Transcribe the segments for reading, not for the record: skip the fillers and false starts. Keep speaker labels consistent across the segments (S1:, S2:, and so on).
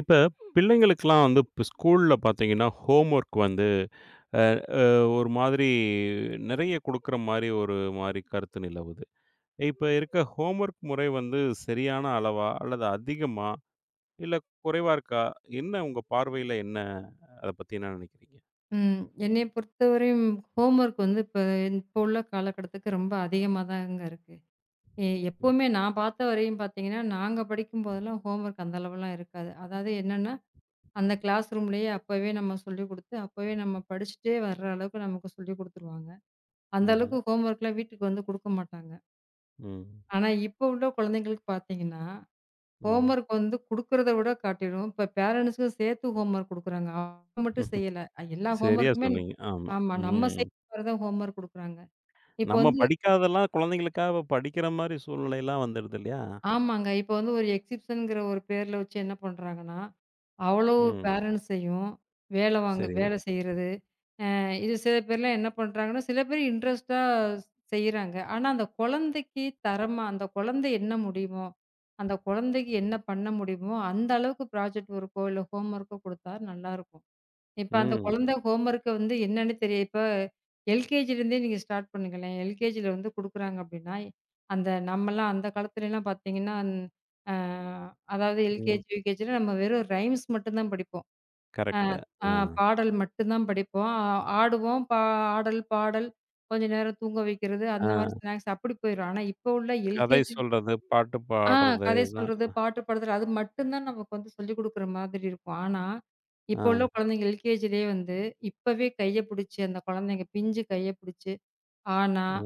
S1: இப்ப பிள்ளைங்களுக்குலாம் வந்து இப்ப ஸ்கூல்ல பார்த்தீங்கன்னா, ஹோம் ஒர்க் வந்து அ அ ஒரு மாதிரி நிறைய குடுக்குற மாரி ஒரு மாரி கருத்து நிலவுது. இப்ப இருக்க ஹோம் ஒர்க் முறை வந்து சரியான அளவா? அல்லது அதிகமா? இல்ல, குறைவா இருக்கா? என்ன உங்க பார்வையில என்ன, அத பத்தி என்ன நினைக்கிறீங்க?
S2: ம். என்னைய பொறுத்தவரையும் ஹோம்வொர்க் வந்து இப்போ உள்ள காலகட்டத்துக்கு ரொம்ப அதிகமா தாங்க இருக்கு. எப்பவுமே நான் பார்த்த வரையும் பார்த்தீங்கன்னா, நாங்க படிக்கும் போதெல்லாம் ஹோம்வொர்க் அந்த அளவுலாம் இருக்காது. அதாவது என்னன்னா, அந்த கிளாஸ் ரூம்லேயே அப்பவே நம்ம சொல்லிக் குடுத்து, அப்பவே நம்ம படிச்சுட்டே வர்ற அளவுக்கு நமக்கு சொல்லிக் குடுத்துருவாங்க. அந்த
S1: ம்ஹ்ம்.
S2: அளவுக்கு ஹோம்வொர்க்லாம் வீட்டுக்கு வந்து குடுக்க மாட்டாங்க.
S1: ம்.
S2: ஆனா, இப்போ உள்ள குழந்தைங்களுக்கு பார்த்தீங்கன்னா, ஹோம்
S1: ம்.
S2: ஒர்க் வந்து குடுக்குறத விட காட்டிடும். இப்ப பேரன்ட்ஸ்க்கும் சேர்த்து ஹோம் ஒர்க் குடுக்குறாங்க. அவ மட்டும்
S1: ம்.
S2: செய்யல. எல்லா ஹோம்
S1: சரியா
S2: ஒர்க்குமே
S1: சொன்னீங்க. ஆமா.
S2: ஆமா, நம்ம
S1: ம்.
S2: செய்ற மாரி தான் ஹோம் ஒர்க் குடுக்குறாங்க. இப்ப
S1: நம்ம
S2: வந்து
S1: படிக்காதெல்லாம் குழந்தைங்களுக்காக இப்ப படிக்கிற மாரி சூழ்நிலைலாம் வந்துடுது இல்லையா?
S2: ஆமாங்க. இப்ப வந்து ஒரு எக்ஸிபிஷன்ங்கிற ஒரு பேர்ல வச்சு என்ன பண்றாங்கன்னா, அவ்வளோ
S1: ம்.
S2: பேரண்ட்ஸையும் வேல வாங்க
S1: சரி.
S2: வேல செய்றது. அ இது சில பேர்லாம் என்ன பண்றாங்கன்னா, சில பேர் இன்ட்ரெஸ்ட்டா செய்றாங்க. ஆனா அந்த குழந்தைக்கு தரமா அந்த குழந்தை என்ன முடியுமோ, அந்த குழந்தைக்கு என்ன பண்ண முடியுமோ, அந்த அளவுக்கு ப்ராஜெக்ட் ஒர்க்கோ, இல்ல ஹோம் ஒர்க்கோ குடுத்தா நல்லாருக்கும். இப்ப அந்த
S1: ம்.
S2: குழந்தை ஹோம் ஒர்க்க வந்து என்னன்னு தெரியும். இப்ப எல்கேஜிலேருந்தே நீங்க ஸ்டார்ட் பண்ணுங்களேன். எல்கேஜில வந்து குடுக்குறாங்க அப்படின்னா, அந்த நம்மலாம் அந்த காலத்துலலாம் பார்த்தீங்கன்னா, அ அதாவது
S1: ம்.
S2: எல்கேஜி, யுகேஜில நம்ம வெறும் ரைம்ஸ் மட்டும் தான் படிப்போம். அ
S1: கரெக்ட்டு.
S2: ஆ
S1: ஆ.
S2: பாடல் மட்டும் தான் படிப்போம். ஆடுவோம், ஆடல், பாடல், கொஞ்ச நேரம் தூங்க வைக்கிறது, அந்த மாரி
S1: ஆ.
S2: ஸ்நாக்ஸ் அப்படி போயிரும். ஆனா, இப்போ உள்ள
S1: கதை
S2: எல்கேஜி
S1: சொல்றது, பாட்டு
S2: ஆ
S1: பாடுறது
S2: கதை
S1: இதுதான்.
S2: சொல்றது, பாட்டு பாடுறது அது மட்டும் தான் நமக்கு வந்து சொல்லிக் குடுக்குற மாதிரி இருக்கும். ஆனா,
S1: ஆ,
S2: இப்போ உள்ள குழந்தைங்க எல்கேஜிலேயே வந்து இப்பவே கைய பிடிச்சு அந்த குழந்தைங்க பிஞ்சு கைய பிடிச்சு, ஆனா,
S1: ஆ,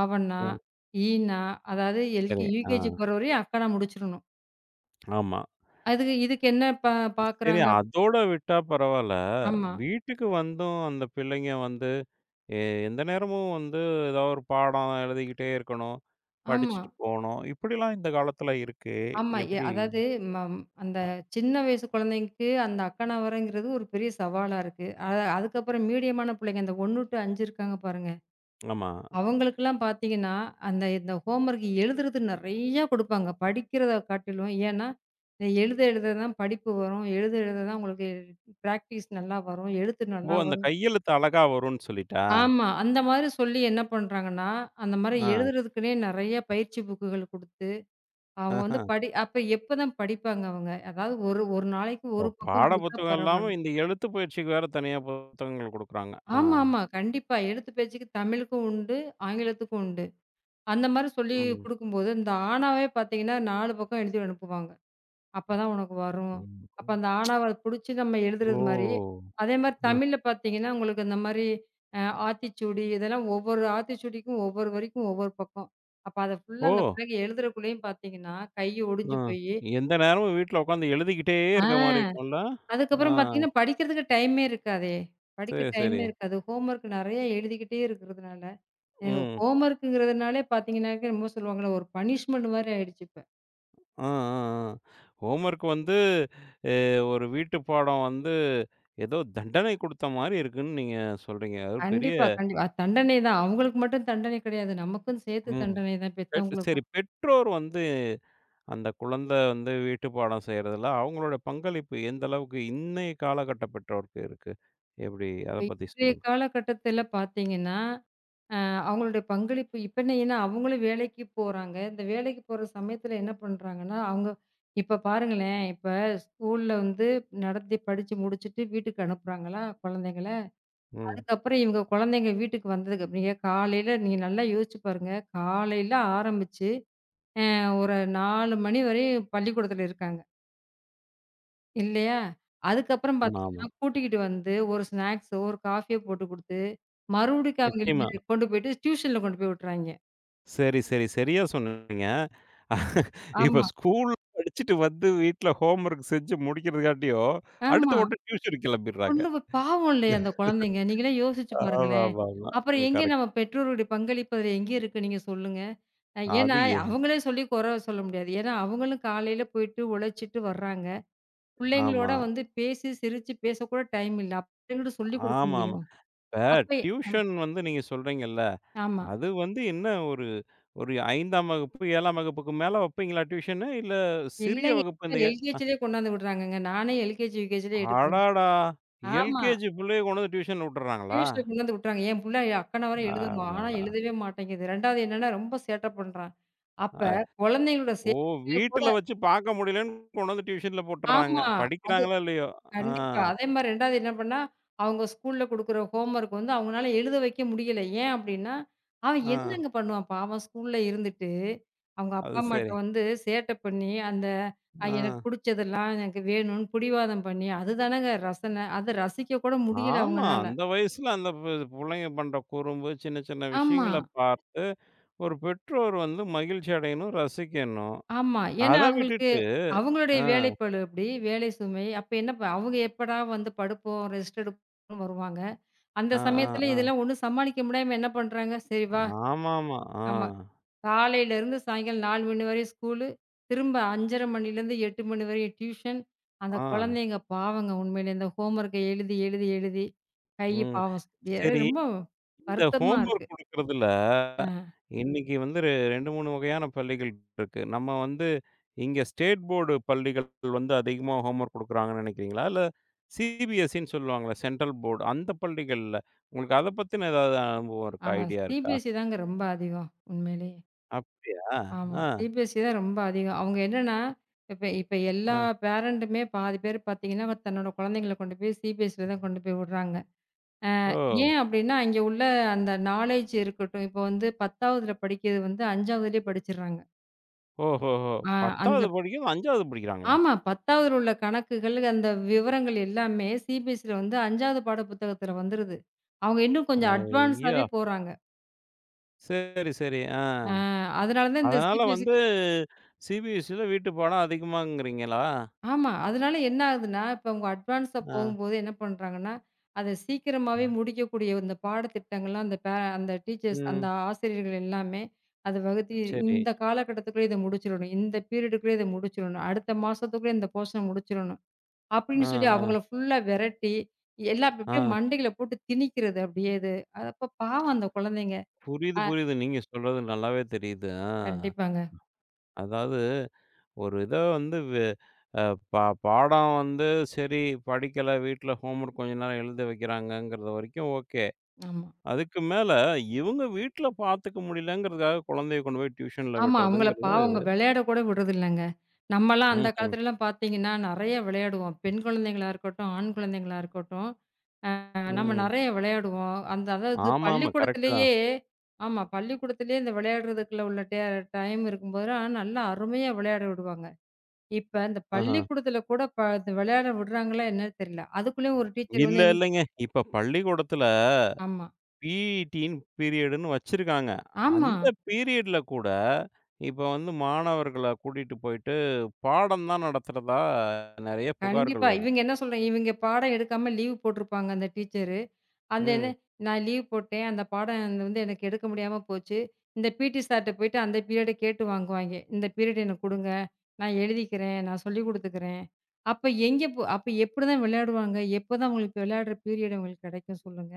S2: ஆவன்னா,
S1: ஆ.
S2: ஈனா அதாவது
S1: சரி.
S2: எல்கே
S1: ஆ.
S2: யுகேஜி போற வரையும் அக்கானா முடிச்சிரணும்.
S1: ஆமா.
S2: அதுக்கு இதுக்கு என்ன
S1: சரி,
S2: பாக்குறாங்க.
S1: அதோட விட்டா பரவால்ல.
S2: ஆமா,
S1: வீட்டுக்கு வந்தும் அந்த பிள்ளைங்க வந்து எ எந்த நேரமும் வந்து ஏதாவது ஒரு பாடம் எழுதிக்கிட்டே இருக்கணும்.
S2: ஆமா,
S1: படிச்சுட்டு போணும். இப்படிலாம் இந்த காலத்துல இருக்கு.
S2: ஆமா.
S1: எப்படி?
S2: அதாவது மம் அந்த சின்ன வயசு குழந்தைங்களுக்கு அந்த அக்கானா வரங்கிறது ஒரு பெரிய சவாலா இருக்கு. அதுக்கப்புறம் மீடியமான பிள்ளைங்க அந்த 1 டூ 5 இருக்காங்க பாருங்க.
S1: ஆமா.
S2: அவங்களுக்கெல்லாம் பார்த்தீங்கன்னா, அந்த இந்த ஹோம்வொர்க் எழுதுறது நெறையா குடுப்பாங்க. படிக்கிறத காட்டிலும். ஏன்னா, இந்த எழுத எழுத தான் படிப்பு வரும். எழுத எழுத தான் உங்களுக்கு பிராக்டிஸ் நல்லா வரும். எழுத்து
S1: ஓ!
S2: நல்லா
S1: அந்த
S2: வரும்.
S1: கையெழுத்து அழகா வரும்னு சொல்லிட்டா?
S2: ஆமா. அந்த மாரி சொல்லி என்ன பண்றாங்கன்னா, அந்த மாரி
S1: ஆ.
S2: எழுதுறதுக்குன்னே நெறைய பயிற்சி புக்குகள் குடுத்து, அவங்க வந்து
S1: ஆஹா.
S2: படி அப்ப எப்பதான் படிப்பாங்க அவங்க? அதாவது ஒரு ஒரு நாளைக்கு
S1: ஓ!
S2: ஒரு பக்கம்
S1: பாட
S2: குடுத்தா
S1: புத்தகம் இல்லாம
S2: பரவால்ல.
S1: இந்த எழுத்து பயிற்சிக்கு வேற தனியா புத்தகங்கள் குடுக்குறாங்க. ஆ.
S2: ஆமாமா. கண்டிப்பா. எழுத்து பேச்சுக்கு தமிழுக்கும் உண்டு, ஆங்கிலத்துக்கும் உண்டு. அந்த மாரி சொல்லி
S1: ம்.
S2: குடுக்கும்போது, இந்த ஆணாவே பார்த்தீங்கன்னா, 4 பக்கம் எழுதி அனுப்புவாங்க. அப்பதான் உனக்கு வரும். அப்ப
S1: ம்.
S2: அந்த ஆணாவ புடிச்சு நம்ம எழுதுறது மாரி,
S1: ஓ!
S2: அதே மாரி
S1: அ.
S2: தமிழ்ல பார்த்தீங்கன்னா, உங்களுக்கு இந்த மாரி ஆத்திச்சூடி இதெல்லாம் ஒவ்வொரு ஆத்திச்சூடிக்கும் ஒவ்வொரு வரிக்கும் ஒவ்வொரு பக்கம். அப்ப அத
S1: ஓ!
S2: ஃபுல்லா அந்த பிள்ளைங்க எழுதுறக்குள்ளேயும் பார்த்தீங்கன்னா, கை
S1: அ
S2: ஒடிஞ்சு போயி.
S1: எந்த நேரமும் வீட்ல உட்காந்து எழுதிக்கிட்டே
S2: ஆ
S1: இருக்க மாரி இருக்கும்ல? ஆ.
S2: அதுக்கப்புறம் பார்த்தீங்கன்னா, படிக்கிறதுக்கு டைமே இருக்காதே! படிக்க
S1: சரி, சரி.
S2: டைமே இருக்காது. ஹோம்வொர்க் நெறைய எழுதிக்கிட்டே இருக்கிறதுனால, அ
S1: ம்.
S2: ஹோம்வொர்க்குங்கிறதுனாலே பார்த்தீங்கன்னாக்க என்னமோ சொல்லுவாங்கல்ல, ஒரு பனிஷ்மென்ட் மாரி ஆயிடுச்சு இப்ப.
S1: ஆ, ஆ, ஆ. ஹோம்வொர்க் வந்து, அ ஒரு வீட்டு பாடம் வந்து ஏதோ தண்டனை குடுத்த மாரி இருக்குன்னு நீங்க சொல்றீங்க. அது பெரிய.
S2: கண்டிப்பா, கண்டிப்பா. அது தண்டனை தான். அவங்களுக்கு மட்டும் தண்டனை கிடையாது. நமக்கும் சேர்த்து
S1: ம்.
S2: தண்டனை தான்
S1: சரி,
S2: பெத்தவங்களுக்கும்.
S1: பெற்றோர் வந்து அந்த குழந்தை வந்து வீட்டு பாடம் செய்றதுல அவங்களோட பங்களிப்பு எந்த அளவுக்கு இன்னைய காலகட்ட பெற்றோருக்கு இருக்கு? எப்படி? அத
S2: இப்ப
S1: பத்தி
S2: இன்றைய
S1: சொல்லுங்க.
S2: காலகட்டத்தில பார்த்தீங்கன்னா, அ அவங்களுடைய பங்களிப்பு இப்ப என்ன ஏன்னா அவங்களும் வேலைக்கு போறாங்க. இந்த வேலைக்கு போற சமயத்தில என்ன பண்றாங்கன்னா, அவங்க இப்ப பாருங்களேன், இப்ப ஸ்கூல்ல வந்து நடத்தி படிச்சு முடிச்சுட்டு வீட்டுக்கு அனுப்புறாங்களா குழந்தைங்கள,
S1: ம்.
S2: அதுக்கப்புறம் இவங்க குழந்தைங்க வீட்டுக்கு வந்ததுக்கு அப்புறம் நீங்க காலையில நல்லா யோசிச்சு பாருங்க. காலையில ஆரம்பிச்சு ஒரு 4 மணி வரையும் பள்ளிக்கூடத்தில இருக்காங்க. இல்லையா? அதுக்கப்புறம்
S1: ஆமா, ஆமா.
S2: பார்த்தீங்கன்னா, கூட்டிக்கிட்டு வந்து ஒரு ஸ்நாக்ஸோ, ஒரு காஃபியோ போட்டு குடுத்து, மறுபடிக்கு
S1: நிச்சயமா.
S2: அவங்களுக்கு கொண்டு போயிட்டு டியூஷன்ல கொண்டு போய் விட்டுறாய்ங்க.
S1: சரி, சரி. சரியா சொன்னீங்க. இப்ப
S2: ஆமா,
S1: ஸ்கூல் படிச்சுட்டு வந்து வீட்ல ஹோம் ஒர்க் செஞ்சு முடிக்கிறதுக்காட்டியும்,
S2: ஆமா.
S1: அடுத்த உடனே டியூஷன் கிளம்பிடுறாங்க.
S2: கொண்டு போய் பாவம் இல்லையா அந்த குழந்தைங்க? நீங்களே யோசிச்சு பாருங்களேன்.
S1: ஆமாமாமா.
S2: அப்புறம் எங்கே
S1: கரெக்ட்.
S2: நம்ம பெற்றோருடைய பங்களிப்பு அதுல எங்கே இருக்கு நீங்க சொல்லுங்க? ஏன்னா
S1: அது
S2: அவங்களே சொல்லி குறை சொல்ல முடியாது. ஏன்னா அவங்களும் காலையில போயிட்டு உழைச்சிட்டு வர்றாங்க. பிள்ளைங்களோட
S1: ஆமா.
S2: வந்து பேசி, சிரிச்சு பேசக்கூட டைம் இல்ல. அப்ப எங்கிட்டு சொல்லிக் குடுக்க
S1: ஆமாமா.
S2: முடியும்?
S1: இப்ப
S2: அப்ப அம்
S1: டியூஷன் வந்து நீங்க சொல்றீங்கல்ல,
S2: ஆமா.
S1: அது வந்து என்ன ஒரு, ஒரு 5ஆம் வகுப்பு, 7ஆம் வகுப்புக்கு மேல வைப்பீங்களா டியூஷனு? இல்ல சிறிய
S2: இல்லைங்க.
S1: வகுப்பு இந்த
S2: இப்பலாம் எல்கேஜிலே கொண்டாந்து விடுறாங்கங்க. நானே எல்கேஜி, யுகேஜிலே எடுக்கிறேன்.
S1: அடாடா!
S2: ஆமா.
S1: எல்கேஜி பிள்ளைய கொண்டு வந்து டியூஷன்ல விட்டுர்றாங்களா?
S2: பியூஷ்ல கொண்டாந்து விட்டுறாங்க. என் புள்ள அக்கன வர எழுதணும். ஆனா
S1: அடடா!
S2: எழுதவே மாட்டேங்குது. 2வது என்னன்னா ரொம்ப சேட்டை பண்றான். அப்ப குழந்தைங்களோட
S1: ஓ!
S2: சேர்க்கையில கூட
S1: வீட்ல வச்சு பார்க்க முடியலன்னு கொண்டு வந்து டியூஷன்ல போட்டுர்றாங்க.
S2: ஆமா. அது
S1: படிக்கிறாங்களோ இல்லையோ! ஆ,
S2: கண்டிப்பா. அதே மாரி 2வது என்ன பண்ணா, அவங்க ஸ்கூல்ல குடுக்குற ஹோம் ஒர்க் வந்து அவங்கனால எழுத வைக்க முடியல. ஏன் அப்படின்னா, அவன்
S1: ஆ.
S2: என்னங்க பண்ணுவான் பாவம் ஸ்கூல்ல இருந்துட்டு, அவங்க அப்பா
S1: அது
S2: அம்மாட்ட
S1: சரி.
S2: வந்து சேட்டை பண்ணி, அந்த
S1: ஆ.
S2: எனக்கு புடிச்சதெல்லாம் எனக்கு வேணும்னு பிடிவாதம் பண்ணி, அதுதானங்க ரசனை. அத ரசிக்க கூட முடியல
S1: ஆமா.
S2: அவங்கனால.
S1: அந்த வயசுல அந்த புள்ளைங்க பண்ற குறும்பு, சின்ன சின்ன
S2: ஆமா,
S1: விஷயங்கள பார்த்து ஒரு பெற்றோர் வந்து மகிழ்ச்சி அடையணும், ரசிக்கணும்.
S2: ஆமா. ஏன்னா
S1: அத
S2: அவங்களுக்கு
S1: விட்டுட்டு
S2: அவங்களுடைய
S1: ஆ,
S2: வேலைப்பளு அப்படி, வேலை சுமை. அப்ப என்ன ப அவங்க எப்படா வந்து படுப்போம், ரெஸ்ட் எடுப்போம்னு வருவாங்க. அந்த
S1: ஆ, ஆ,
S2: சமயத்துல
S1: ஆ.
S2: இதெல்லாம் ஒண்ணும் சமாளிக்க முடியாம என்ன பண்றாங்க, சரி வா
S1: ஆமாமா. ஆ,
S2: ஆமா. காலையிலேருந்து சாயங்காலம் 4 மணி வரையும் ஸ்கூலு. திரும்ப 5:30 மணிலேருந்து 8 மணி வரையும் டியூஷன். அந்த
S1: ஆ.
S2: குழந்தைங்க பாவங்க உண்மையிலே இந்த ஹோம் ஒர்க்க எழுதி, எழுதி, எழுதி கை
S1: ம்.
S2: பாவம் வேற
S1: சரி,
S2: ரொம்ப
S1: இந்த
S2: வருத்தமா
S1: ஹோம்
S2: இருக்கு.
S1: ஒர்க் குடுக்குறதுல,
S2: அ,
S1: இன்னைக்கு வந்து 2, 3 வகையான பள்ளிகள் இருக்கு. நம்ம வந்து இங்க ஸ்டேட் போர்டு பள்ளிகள் வந்து அதிகமா ஹோம் ஒர்க் குடுக்குறாங்கன்னு நினைக்கிறீங்களா? இல்ல சிபிஎஸ்இன்னு சொல்லுவாங்கல்ல, சென்ட்ரல் போர்டு அந்த பள்ளிகள்ல, உங்களுக்கு அத பத்தின ஏதாவது அனுபவம் இருக்கா?
S2: ஆ
S1: ஐடியா இருக்கா?
S2: சிபிஎஸ்சி தாங்க ரொம்ப அதிகம் உண்மையிலேயே.
S1: அப்படியா?
S2: ஆமா.
S1: ஆ,
S2: சிபிஎஸ்சி தான் ரொம்ப அதிகம். அவங்க என்னன்னா, இப்ப இப்ப எல்லா
S1: ஆ.
S2: பேரண்ட்டுமே பாதி பேர் பார்த்தீங்கன்னா, தன்னோட குழந்தைங்கள கொண்டு போய் சிபிஎஸ்சில தான் கொண்டு போய் விடுறாங்க.
S1: ஓ!
S2: ஏன் அப்டின்னா, அங்க உள்ள அந்த நாலேட்ஜ் இருக்கட்டும். இப்போ வந்து 10வதுல படிக்கிறது வந்து 5வதுலயே படிச்சிடுறாங்க.
S1: ஓஹோஹோ!
S2: ஆ அந்த
S1: 10வது படிக்கிறது 5வது படிக்கிறாங்களா?
S2: ஆமா 10வதுல உள்ள கணக்குகள், அந்த விவரங்கள் எல்லாமே சிபிஎஸ்சில வந்து 5வது பாட புத்தகத்துல வந்துருது. அவங்க இன்னும் கொஞ்சம்
S1: ஐயோ!
S2: அட்வான்ஸாவே போறாங்க.
S1: சரி, சரி. ஆ.
S2: ஆ அதனால தான் இந்த
S1: அதனால
S2: சிபிஎஸ்சி
S1: வந்து சிபிஎஸ்இல வீட்டு பாடம் அதிகமாங்கிறீங்களா?
S2: ஆமா. அதனால என்ன ஆகுதுன்னா, இப்ப அவங்க அட்வான்ஸா
S1: ஆ.
S2: போகும்போது என்ன பண்றாங்கன்னா, அத சீக்கிரமாவே முடிக்கக்கூடிய இந்த பாடத்திட்டங்கள்லாம் அந்த அந்த டீச்சர்ஸ் அந்த
S1: ம்.
S2: ஆசிரியர்கள் எல்லாமே, அத வகுத்து
S1: சரி.
S2: இந்த காலகட்டத்துக்குள்ளே இத முடிச்சிரணும். இந்த பீரியடுக்குள்ளே இத முடிச்சிரணும். அடுத்த மாசத்துக்குள்ள இந்த போர்ஷன முடிச்சிரணும்.
S1: ஆ,
S2: அப்படின்னு சொல்லி
S1: ஆ,
S2: அவங்கள ஃபுல்லா விரட்டி, எல்லாம் இப்ப அப்படியே
S1: ஆ.
S2: மண்டையில போட்டு திணிக்கிறது அப்படியே இது. அப்ப பாவம் அந்த குழந்தைங்க.
S1: புரியுது,
S2: ஆ
S1: புரியுது. நீங்க சொல்றது நல்லாவே தெரியுது. ஆ.
S2: கண்டிப்பாங்க.
S1: அதாவது ஒரு இத வந்து வே அ பா பாடம் வந்து, சரி, படிக்கல, வீட்ல ஹோம்வொர்க் கொஞ்ச நேரம் எழுத வைக்கிறாங்கங்கிறது வரைக்கும் ஓகே.
S2: ஆமா.
S1: அதுக்கு மேல இவங்க வீட்ல பார்த்துக்க முடியலங்கிறதுக்காக குழந்தைய கொண்டு போய் டியூஷன்ல
S2: ஆமா. அவங்கள
S1: விடுறதுங்கிறது.
S2: பாவங்க விளையாட கூட விடுறதில்லங்க. நம்மலாம் அந்த
S1: ம்ஹ்ம்.
S2: காலத்துலலாம் பார்த்தீங்கன்னா, நெறைய விளையாடுவோம். பெண் குழந்தைங்களா இருக்கட்டும், ஆண் குழந்தைங்களா இருக்கட்டும், நம்ம
S1: ம்.
S2: நெறைய விளையாடுவோம். அந்த அதாவது
S1: ஆமாமா. கரெக்ட்டு தான்.
S2: பள்ளிக்கூடத்திலேயே ஆமா. பள்ளிக்கூடத்திலேயே இந்த விளையாடுறதுக்குள்ள உள்ள டைம் இருக்கும்போதெல்லாம் நல்லா அருமையா விளையாட விடுவாங்க. இப்ப இந்த
S1: ஆஹ.
S2: பள்ளிக்கூடத்தில கூட இந்த விளையாட விடுறாங்களா என்னன்னு தெரியல. அதுக்குள்ளேயும் ஒரு டீச்சர்
S1: இல்ல,
S2: வந்து என்ன-
S1: இல்லைங்க. இப்ப பள்ளிக்கூடத்துல
S2: ஆமா,
S1: பிஇடின்னு பீரியடுன்னு வச்சிருக்காங்க.
S2: ஆமா.
S1: அந்த பீரியட்ல கூட, இப்ப வந்து மாணவர்கள கூட்டிட்டு போயிட்டு, பாடம் தான் நடத்துறதா நெறைய புகார்கள்
S2: கண்டிப்பா.
S1: வருது.
S2: இவங்க என்ன சொல்றாங்க, இவங்க பாடம் எடுக்காம லீவ் போட்டிருப்பாங்க அந்த டீச்சரு. அந்த என்ன
S1: ம்.
S2: "நான் லீவ் போட்டேன். அந்த பாடம் அந்த வந்து எனக்கு எடுக்க முடியாம போச்சு. இந்த பிடி சார்ட்ட போயிட்டு அந்த பீரியட கேட்டு வாங்குவாய்ங்க. இந்த பீரியட் எனக்கு குடுங்க. நான் எழுதிக்கிறேன். நான் சொல்லிக் குடுத்துக்கிறேன்." அப்ப எங்க போ அப்ப எப்படிதான் விளையாடுவாங்க? எப்பதான் அவங்களுக்கு விளையாடுற பீரியட் அவங்களுக்கு கெடைக்கும் சொல்லுங்க?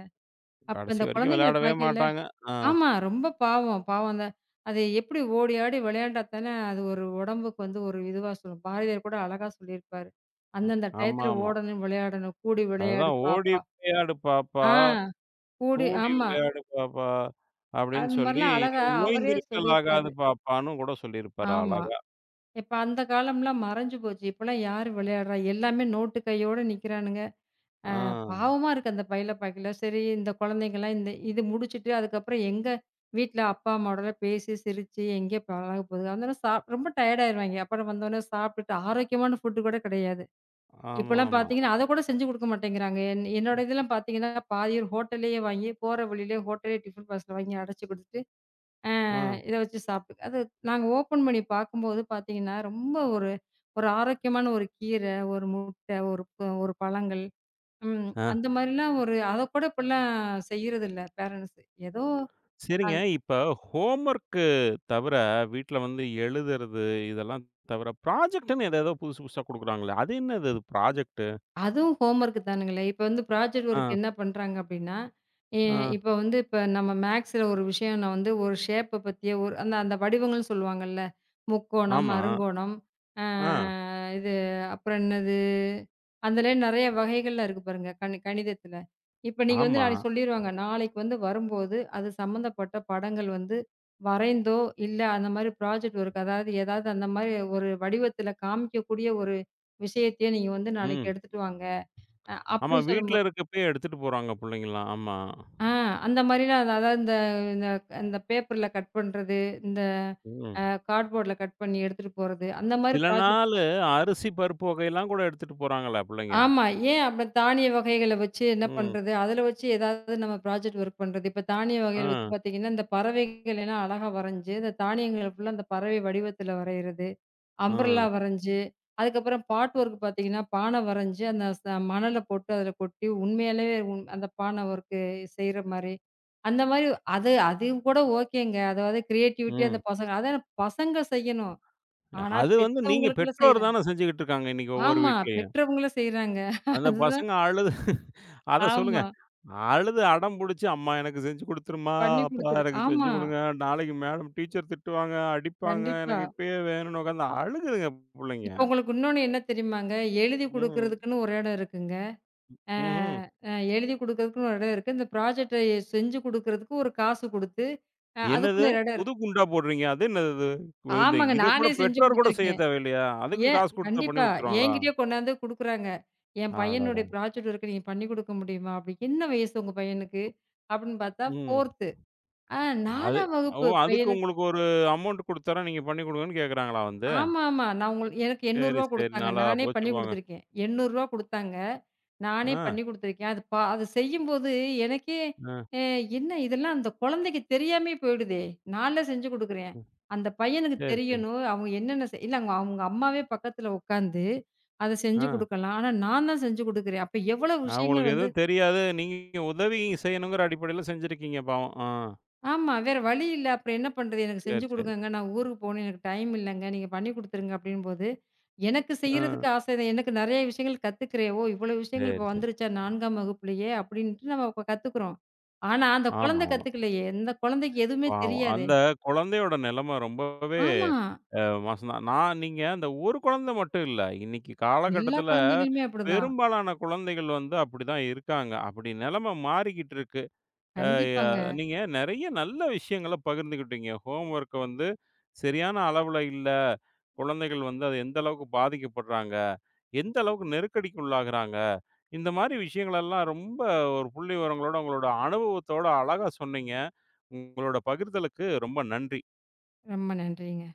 S2: அப்ப
S1: கடைசி
S2: இந்த
S1: வரைக்கும்
S2: குழந்தைங்கள
S1: விளையாடவே
S2: பாக்கையில
S1: மாட்டாங்க. ஆ.
S2: ஆமா. ரொம்ப பாவம். பாவம் தான். அது எப்படி ஓடி ஆடி விளையாண்டா தானே, அது ஒரு உடம்புக்கு வந்து ஒரு இதுவா சொல்லும். பாரதியார் கூட அழகா சொல்லியிருப்பாரு. "அந்தந்த டயத்துல
S1: ஆமாமா.
S2: ஓடணும், விளையாடணும். கூடி விளையாடு
S1: அதுதான் "ஓடி
S2: பாப்பா."
S1: விளையாடு பாப்பா,
S2: ஆ கூடி
S1: கூடி
S2: ஆமா.
S1: விளையாடு பாப்பா" அப்படின்னு
S2: அந்த
S1: சொல்லி,
S2: மாரிலாம்
S1: "நீ
S2: அழகா அவரே
S1: ஓய்ந்திருக்கலாகாது
S2: சொல்லியிருப்பாரு.
S1: பாப்பான்னு" கூட சொல்லியிருப்பாரு
S2: ஆமா.
S1: அழகா.
S2: இப்ப அந்த காலம்லாம் மறைஞ்சு போச்சு. இப்பலாம் யாரு விளையாடுறா? எல்லாமே நோட்டு கையோட நிக்கிறானுங்க.
S1: ஆ.
S2: பாவமா இருக்கு அந்த பையில பாக்கையில. சரி இந்த குழந்தைங்கலாம் இந்த இது முடிச்சுட்டு அதுக்கப்புறம் எங்க வீட்ல அப்பா, அம்மாவோடலாம் பேசி, சிரிச்சு எங்கே பழக போகுது? அதனால ரொம்ப டயர்ட் ஆயிருவாய்ங்க. அப்புறம் வந்தோனே சாப்பிட்டுட்டு ஆரோக்கியமான ஃபுட் கூட கிடையாது. இப்பலாம்
S1: ஆமாமாமா.
S2: பார்த்தீங்கன்னா, அத கூட செஞ்சு குடுக்க மாட்டேங்கிறாங்க. என்னோட இதெல்லாம் பார்த்தீங்கன்னா, பாதி ஹோட்டல்லயே வாங்கி போற வழியிலே ஹோட்டலே டிஃபன் பாக்ஸ்ல வாங்கி அடைச்சு குடுத்துட்டு, அ
S1: ஆ.
S2: இத வச்சு சாப்பிட்டு அது நாங்க ஓப்பன் பண்ணி பார்க்கும்போது பார்த்தீங்கன்னா, ரொம்ப ஒரு ஒரு ஆரோக்கியமான ஒரு கீரை, ஒரு முட்டை, ஒரு பழங்கள். ம்.
S1: ஆ.
S2: அந்த மாரிலாம் ஒரு அதக்கூட இப்பலாம் செய்றதில்ல பேரண்ட்ஸ். ஏதோ அ
S1: சரிங்க. இப்ப ஹோம் ஒர்க்கு தவிர, வீட்ல வந்து எழுதுறது, இதெல்லாம் தவிர, ப்ராஜெக்ட்ன்னு ஏதேதோ புதுசு புதுசா குடுக்குறாங்களே, அது என்னது அது ப்ராஜெக்ட்டு?
S2: அதுவும் ஹோம் ஒர்க் தானுங்களே! இப்ப வந்து ப்ராஜெக்ட்
S1: ஆ,
S2: ஒர்க் என்ன பண்றாங்க அப்டின்னா, எ
S1: ஆ,
S2: இப்ப வந்து இப்ப நம்ம மேக்ஸ்ல ஒரு விஷயம் நான் வந்து ஒரு ஷேப்ப பத்திய ஒரு அந்த அந்த வடிவங்கள்னு சொல்லுவாங்கல்ல. முக்கோணம்,
S1: ஆமா.
S2: அருங்கோணம், ஆ
S1: ஆ,
S2: இது அப்புறம் என்னது? அதுலே நெறைய வகைகள்லாம் இருக்கு பாருங்க கணிதத்துல. இப்ப நீங்க வந்து
S1: ஆமா.
S2: நாளைக்கு சொல்லிருவாங்க. நாளைக்கு வந்து வரும்போது, அது சம்மந்தப்பட்ட படங்கள் வந்து வரைந்தோ, இல்ல அந்த மாரி ப்ராஜெக்ட் ஒர்க் அதாவது ஏதாவது அந்த மாரி ஒரு வடிவத்துல காமிக்கக்கூடிய ஒரு விஷயத்தையே நீங்க வந்து நாளைக்கு
S1: ம்.
S2: எடுத்துட்டு வாங்க. அ
S1: ஆமா,
S2: அப்படி சொல்லும்போ
S1: வீட்ல இருக்கப்பயே எடுத்துட்டு போறாங்க புள்ளைங்கலாம். ஆமா.
S2: ஆ அந்த மாரிலாம் அது அதாவது இந்த இந்த இந்த பேப்பர்ல கட் பண்றது, இந்த
S1: ம்.
S2: அ கார்ட்போர்ட்ல கட் பண்ணி எடுத்துட்டு போறது, அந்த மாரி
S1: சில
S2: ப்ராஜெக்ட்
S1: நாளு அரிசி, பருப்பு வகையெல்லாம் கூட எடுத்துட்டு போறாங்களே புள்ளைங்க.
S2: ஆமா. ஏன் அப்ப தானிய வகைகள வச்சு என்ன
S1: ம்.
S2: பண்றது, அதில வச்சு ஏதாவது நம்ம ப்ராஜெக்ட் ஒர்க் பண்றது. இப்ப தானிய வகைகள் வச்சு
S1: ஆ,
S2: பார்த்தீங்கன்னா, இந்த பறவைகள் எல்லாம் அழகா வரைஞ்சு, இந்த தானியங்கள ஃபுல்லா அந்த பறவை வடிவத்தில வரையிறது.
S1: ஆ,
S2: அம்பர்லா வரைஞ்சு, அதுக்கப்புறம் பாட் ஒர்க் பார்த்தீங்கன்னா, பானை வரைஞ்சு, அந்த மணல போட்டு அதில கொட்டி, உண்மையாலே அந்த பானை ஒர்க்கு செய்ற மாரி, அந்த மாரி அது அதுவும் கூட ஓகேங்க. அதாவது கிரியேட்டிவிட்டியா அந்த
S1: ம்.
S2: பசங்க அதான் பசங்க செய்யணும். ஆனா
S1: அது வந்து நீங்க
S2: பெத்தவங்களுக்குலாம்
S1: பெற்றோர்
S2: செய்றாங்க.
S1: தான செஞ்சுகிட்டு இருக்காங்க, இன்னைக்கு ஒவ்வொரு
S2: ஆமா,
S1: வீட்லயும்.
S2: பெற்றவங்களும் செய்றாங்க.
S1: அந்த
S2: அதுதான்
S1: பசங்க அழுது, அத சொல்லுங்க.
S2: ஆமா.
S1: அழுது அடம் புடிச்சு, "அம்மா எனக்கு செஞ்சு குடுத்துரும்மா,
S2: பண்ணி
S1: அப்பா
S2: குடுத்துரு
S1: எனக்கு செஞ்சு
S2: ஆமா,
S1: குடுங்க, நாளைக்கு மேடம் டீச்சர் திட்டுவாங்க, அடிப்பாங்க,
S2: கண்டிப்பா.
S1: எனக்கு இப்பயே வேணும்னு" உட்காந்து அழுகுதுங்க புள்ளைங்க.
S2: இப்ப உங்களுக்கு இன்னொன்னு என்ன தெரியுமாங்க? எழுதி
S1: ம்.
S2: குடுக்குறதுக்குன்னு ஒரு இடம் இருக்குங்க. அ
S1: ம்ஹ்ம்.
S2: அ எழுதி குடுக்கறதுக்குன்னு ஒரு இடம் இருக்கு. இந்த ப்ராஜெக்ட்ட செஞ்சு குடுக்கறதுக்கு ஒரு காசு குடுத்து,
S1: என்னது?
S2: அதுக்குன்னு ஒரு இடம்
S1: புது
S2: இருக்கு.
S1: குண்டா போடுறீங்க? அது என்னது இது? இந்த
S2: ஆமாங்க.
S1: இத கூட
S2: நானே செஞ்சு
S1: பெற்றோர் கூட செய்ய
S2: குடுத்துருக்கேன்.
S1: தேவையில்லையா? அதுக்கும்
S2: ஏன்
S1: காசு குடுத்தா பண்ணி
S2: கண்டிப்பா.
S1: குடுத்துருவாங்களா?
S2: என்கிட்டயே கொண்டாந்து குடுக்குறாங்க. என்
S1: அடடா!
S2: பையனுடைய ப்ராஜெக்ட் ஒர்க் நீங்க பண்ணி குடுக்க முடியுமா? அப்படி. என்ன வயசு உங்க பையனுக்கு? அப்படின்னு பார்த்தா
S1: ம்.
S2: 4த்து. ஆ
S1: அது.
S2: 4ஆம்
S1: ஓ!
S2: வகுப்பு
S1: அதுக்கு
S2: பையனுக்கு
S1: உங்களுக்கு ஒரு அமௌண்ட் குடுத்தர்றேன், நீங்க பண்ணி குடுங்கன்னு கேட்கறாங்களா வந்து?
S2: ஆமாமா. நான் உங்கள் எனக்கு ரூ.
S1: சரி,
S2: 800
S1: சரி.
S2: குடுத்தாங்க.
S1: நல்லா
S2: நானே
S1: போச்சு
S2: பண்ணி
S1: போங்க.
S2: குடுத்துருக்கேன். ரூ. 800 குடுத்தாங்க. நானே
S1: ஆ,
S2: பண்ணி குடுத்துருக்கேன். அது செய்யும்போது எனக்கே
S1: ஆ.
S2: அ என்ன இதெல்லாம் அந்த குழந்தைக்கு தெரியாமயே போயிடுதே! நான்ல செஞ்சு குடுக்குறேன்.
S1: ம்.
S2: அந்த பையனுக்கு
S1: சரி, சரி.
S2: தெரியணும். அவங்க என்னென்ன செய் இல்ல அவங்க அவங்க அம்மாவே பக்கத்துல உட்காந்து, அத
S1: ஆ.
S2: செஞ்சு குடுக்கலாம். ஆனா நான் தான் செஞ்சு குடுக்குறேன். அப்ப எவ்வளவு விஷயங்கள்
S1: அவங்களுக்கு
S2: வந்து
S1: எதுவும் தெரியாது. நீங்க உதவி செய்யணுங்கிற அடிப்படையில செஞ்சிருக்கீங்க பாவம். ஆ.
S2: ஆமா. வேற வழி இல்ல. அப்புறம் என்ன பண்றது? எனக்கு
S1: சரி,
S2: செஞ்சு
S1: சரி.
S2: குடுங்கங்க. நான் ஊருக்கு போணும். எனக்கு டைம் இல்லங்க. நீங்க பண்ணி குடுத்துருங்க அப்டின்னும்போது, எனக்கு
S1: ஆ.
S2: செய்றதுக்கு ஆசை தான். எனக்கு நெறைய விஷயங்கள் கத்துக்கிறேன். ஓ! இவ்வளோ விஷயங்கள்
S1: சரி,
S2: இப்போ
S1: சரி.
S2: வந்துருச்சா 4ஆம் வகுப்புலயே அப்டின்ட்டு நம்ம இப்ப கத்துக்குறோம். ஆனா அந்த
S1: ஆமா,
S2: குழந்தை
S1: ஆமா.
S2: கத்துக்கலையே. இந்த குழந்தைக்கு எதுவுமே
S1: பாவம்.
S2: தெரியாதே.
S1: அந்த குழந்தையோட நிலைமை ரொம்பவே
S2: ஆமா.
S1: மோசம்தான். நான், நீங்க அந்த ஒரு குழந்தை மட்டும் இல்ல. இன்னைக்கு
S2: எல்லா
S1: காலகட்டத்தில
S2: குழந்தைகளுமே அப்டிதான்.
S1: பெரும்பாலான குழந்தைகள் வந்து அப்படிதான் இருக்காங்க. அப்படி நிலைமை மாறிக்கிட்டு இருக்கு. அ ய
S2: கண்டிப்பாங்க.
S1: நீங்க நெறைய நல்ல விஷயங்கள பகிர்ந்துக்கிட்டீங்க. ஹோம் ஒர்க்க வந்து சரியான அளவுல இல்ல. குழந்தைகள் வந்து அது எந்த அளவுக்கு பாதிக்கப்படுறாங்க? எந்த அளவுக்கு நெருக்கடிக்கு உள்ளாகுறாங்க? இந்த மாரி விஷயங்களெல்லாம் ரொம்ப ஒரு புள்ளி விவரங்களோட, உங்களோட அனுபவத்தோட அழகா சொன்னீங்க. உங்களோட பகிர்தலுக்கு ரொம்ப நன்றி.
S2: ரொம்ப நன்றிங்க.